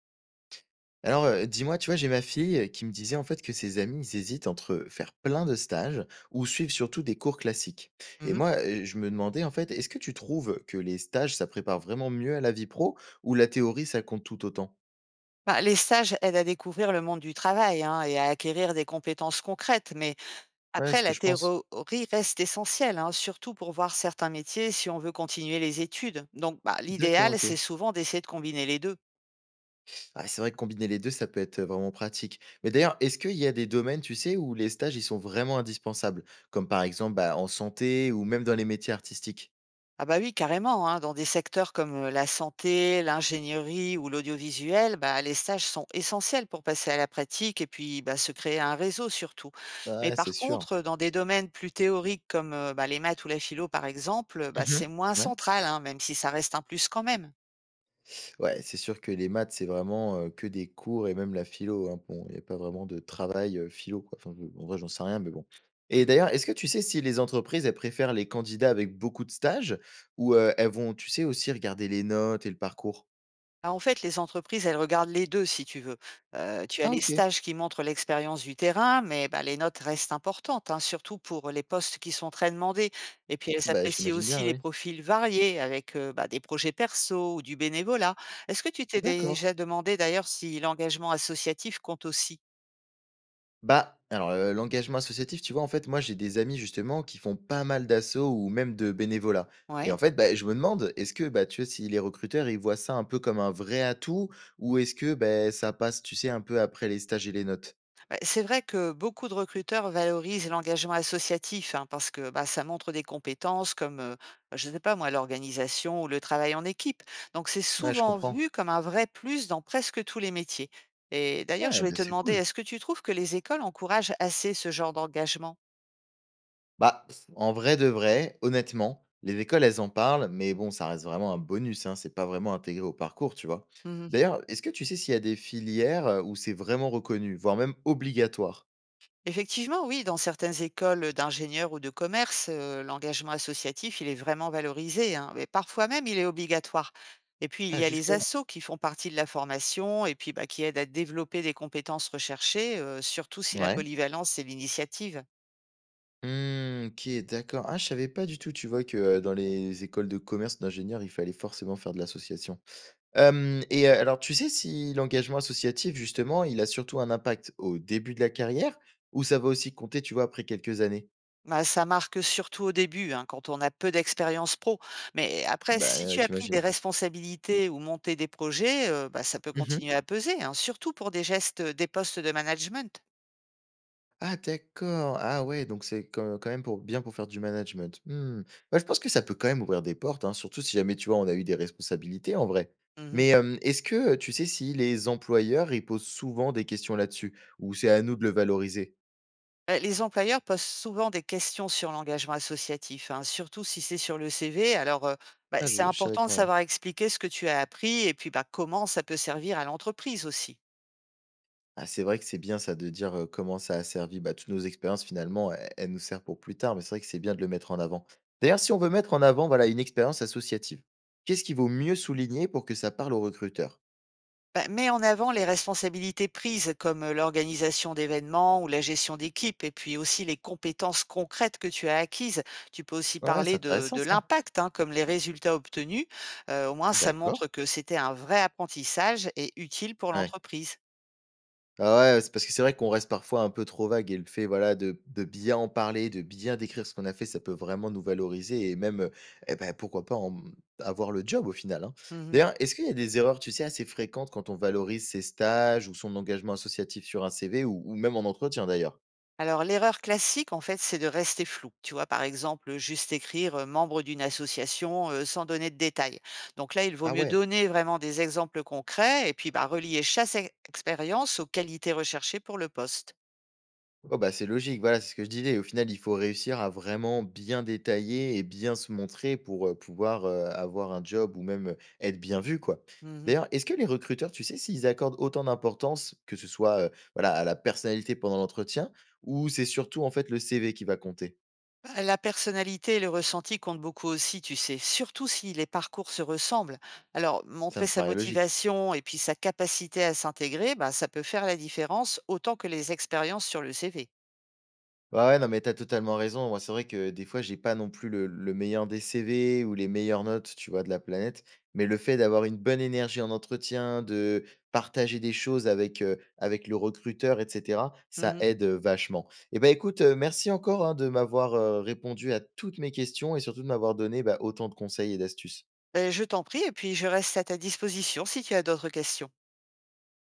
Alors, dis-moi, tu vois, j'ai ma fille, qui me disait en fait que ses amis, ils hésitent entre faire plein de stages ou suivre surtout des cours classiques. Et Mmh. moi, je me demandais en fait, est-ce que tu trouves que les stages, ça prépare vraiment mieux à la vie pro ou la théorie, ça compte tout autant? Bah, les stages aident à découvrir le monde du travail, hein, et à acquérir des compétences concrètes, mais Ouais, après, ce que la je pense. théorie reste essentielle, hein, surtout pour voir certains métiers si on veut continuer les études. Donc, bah, D'accord, l'idéal, OK. c'est souvent d'essayer de combiner les 2. Ah, c'est vrai que combiner les 2, ça peut être, vraiment pratique. Mais d'ailleurs, est-ce qu'il y a des domaines, tu sais, où les stages, ils sont vraiment indispensables? Comme par exemple, bah, en santé ou même dans les métiers artistiques? Ah bah oui, carrément, hein. Dans des secteurs comme la santé, l'ingénierie ou l'audiovisuel, bah, les stages sont essentiels pour passer à la pratique et puis bah, se créer un réseau surtout. Ah Mais ouais, c'est par sûr. contre, dans des domaines plus théoriques comme bah, les maths ou la philo par exemple, bah, Mmh. c'est moins Ouais. central, hein, même si ça reste un plus quand même. Ouais, c'est sûr que les maths, c'est vraiment, que des cours et même la philo, hein. Bon, il y a pas vraiment de travail, philo, quoi. Enfin, je en vrai, j'en sais rien, mais bon. Et d'ailleurs, est-ce que tu sais si les entreprises, elles préfèrent les candidats avec beaucoup de stages ou, elles vont, tu sais, aussi regarder les notes et le parcours? Ah, en fait, les entreprises, elles regardent les deux, si tu veux. Tu as Ah, les OK. stages qui montrent l'expérience du terrain, mais bah, les notes restent importantes, hein, surtout pour les postes qui sont très demandés. Et puis elles Bah, apprécient j'imagine aussi bien, les oui. profils variés avec, bah, des projets perso ou du bénévolat. Est-ce que tu t'es D'accord. déjà demandé d'ailleurs si l'engagement associatif compte aussi? Bah, alors, l'engagement associatif, tu vois, en fait, moi, j'ai des amis, justement, qui font pas mal d'assauts ou même de bénévolat, et Ouais. en fait, bah, je me demande, est-ce que, bah, tu vois, si les recruteurs, ils voient ça un peu comme un vrai atout ou est-ce que, bah, ça passe, tu sais, un peu après les stages et les notes? C'est vrai que beaucoup de recruteurs valorisent l'engagement associatif hein, parce que bah, ça montre des compétences comme, je ne sais pas moi, l'organisation ou le travail en équipe. Donc c'est Ouais, je souvent comprends. vu comme un vrai plus dans presque tous les métiers. Et d'ailleurs, je Ouais, voulais bah, te c'est demander, cool. est-ce que tu trouves que les écoles encouragent assez ce genre d'engagement? Bah, pff, en vrai de vrai, honnêtement, les écoles, elles en parlent, mais bon, ça reste vraiment un bonus, hein, c'est pas vraiment intégré au parcours, tu vois? D'ailleurs, est-ce que tu sais s'il y a des filières, où c'est vraiment reconnu, voire même obligatoire? Effectivement, oui, dans certaines écoles d'ingénieurs ou de commerce, l'engagement associatif, il est vraiment valorisé, hein, mais parfois même, il est obligatoire. Et puis, il Ah, y a les jusque-là. assos qui font partie de la formation et puis bah, qui aident à développer des compétences recherchées, surtout si la Ouais. polyvalence et l'initiative. Mmh, OK, d'accord. Ah, je savais pas du tout, tu vois, que, dans les écoles de commerce, d'ingénieurs, il fallait forcément faire de l'association. Hem et Alors tu sais si l'engagement associatif, justement, il a surtout un impact au début de la carrière ou ça va aussi compter, tu vois, après quelques années? Bah, ça marque surtout au début, hein, quand on a peu d'expérience pro. Mais après, Bah, si tu as pris des j'imagine. responsabilités ou monté des projets, bah, ça peut Mmh. continuer à peser, hein, surtout pour des gestes, des postes de management. Ah, d'accord! Ah ouais, donc c'est quand même pour bien pour faire du management. Mmh. Bah, je pense que ça peut quand même ouvrir des portes, hein, surtout si jamais, tu vois, on a eu des responsabilités en vrai. Mhm. Mais, est-ce que, tu sais si les employeurs, ils posent souvent des questions là-dessus? Ou c'est à nous de le valoriser? Les employeurs posent souvent des questions sur l'engagement associatif, hein, surtout si c'est sur le CV. Alors, bah, Ah, c'est je savais important de pas, ouais. savoir expliquer ce que tu as appris et puis, bah, comment ça peut servir à l'entreprise aussi. Ah, c'est vrai que c'est bien ça de dire, comment ça a servi, bah, toutes nos expériences finalement, e elles nous servent pour plus tard, mais c'est vrai que c'est bien de le mettre en avant. D'ailleurs, si on veut mettre en avant, voilà, une expérience associative, qu'est-ce qu'il vaut mieux souligner pour que ça parle aux recruteurs? Bah, mets en avant les responsabilités prises comme, l'organisation d'événements ou la gestion d'équipe et puis aussi les compétences concrètes que tu as acquises. Tu peux aussi Ouais, c'est parler de intéressant de ça. l'impact, hein, comme les résultats obtenus. Au moins ça D'accord. montre que c'était un vrai apprentissage et utile pour Ouais. l'entreprise. Ah ouais, ouais, c'est parce que c'est vrai qu'on reste parfois un peu trop vague et le fait, voilà, de bien en parler, de bien décrire ce qu'on a fait, ça peut vraiment nous valoriser et même, eh bah, pourquoi pas en avoir le job au final, hein. Mmh. D'ailleurs, est-ce qu'il y a des erreurs, tu sais, assez fréquentes quand on valorise ses stages ou son engagement associatif sur un CV ou même en entretien d'ailleurs? Alors, l'erreur classique, en fait, c'est de rester flou. Tu vois, par exemple, juste écrire membre d'une association sans donner de détails. Donc là, il vaut Ah mieux ouais. donner vraiment des exemples concrets et puis bah, relier chaque expérience aux qualités recherchées pour le poste. Oh bah, c'est logique, voilà, c'est ce que je disais. Au final, il faut réussir à vraiment bien détailler et bien se montrer pour, pouvoir, avoir un job ou même, être bien vu, quoi. Mhm. D'ailleurs, est-ce que les recruteurs, tu sais s'ils accordent autant d'importance, que ce soit, voilà, à la personnalité pendant l'entretien ou c'est surtout, en fait, le CV qui va compter? Bah, la personnalité et le ressenti comptent beaucoup aussi, tu sais, surtout si les parcours se ressemblent. Alors, Ça montrer me sa paraît logique. motivation et puis sa capacité à s'intégrer, bah, ça peut faire la différence autant que les expériences sur le CV. Ouais, ouais, non, mais t'as totalement raison. Moi, c'est vrai que des fois, j'ai pas non plus le meilleur des CV ou les meilleures notes, tu vois, de la planète. Mais le fait d'avoir une bonne énergie en entretien, de partager des choses avec, avec le recruteur, etc., ça Mhm. aide vachement. Et ben écoute, merci encore hein, de m'avoir répondu à toutes mes questions et surtout de m'avoir donné bah, autant de conseils et d'astuces. Beh, je t'en prie et puis je reste à ta disposition si tu as d'autres questions.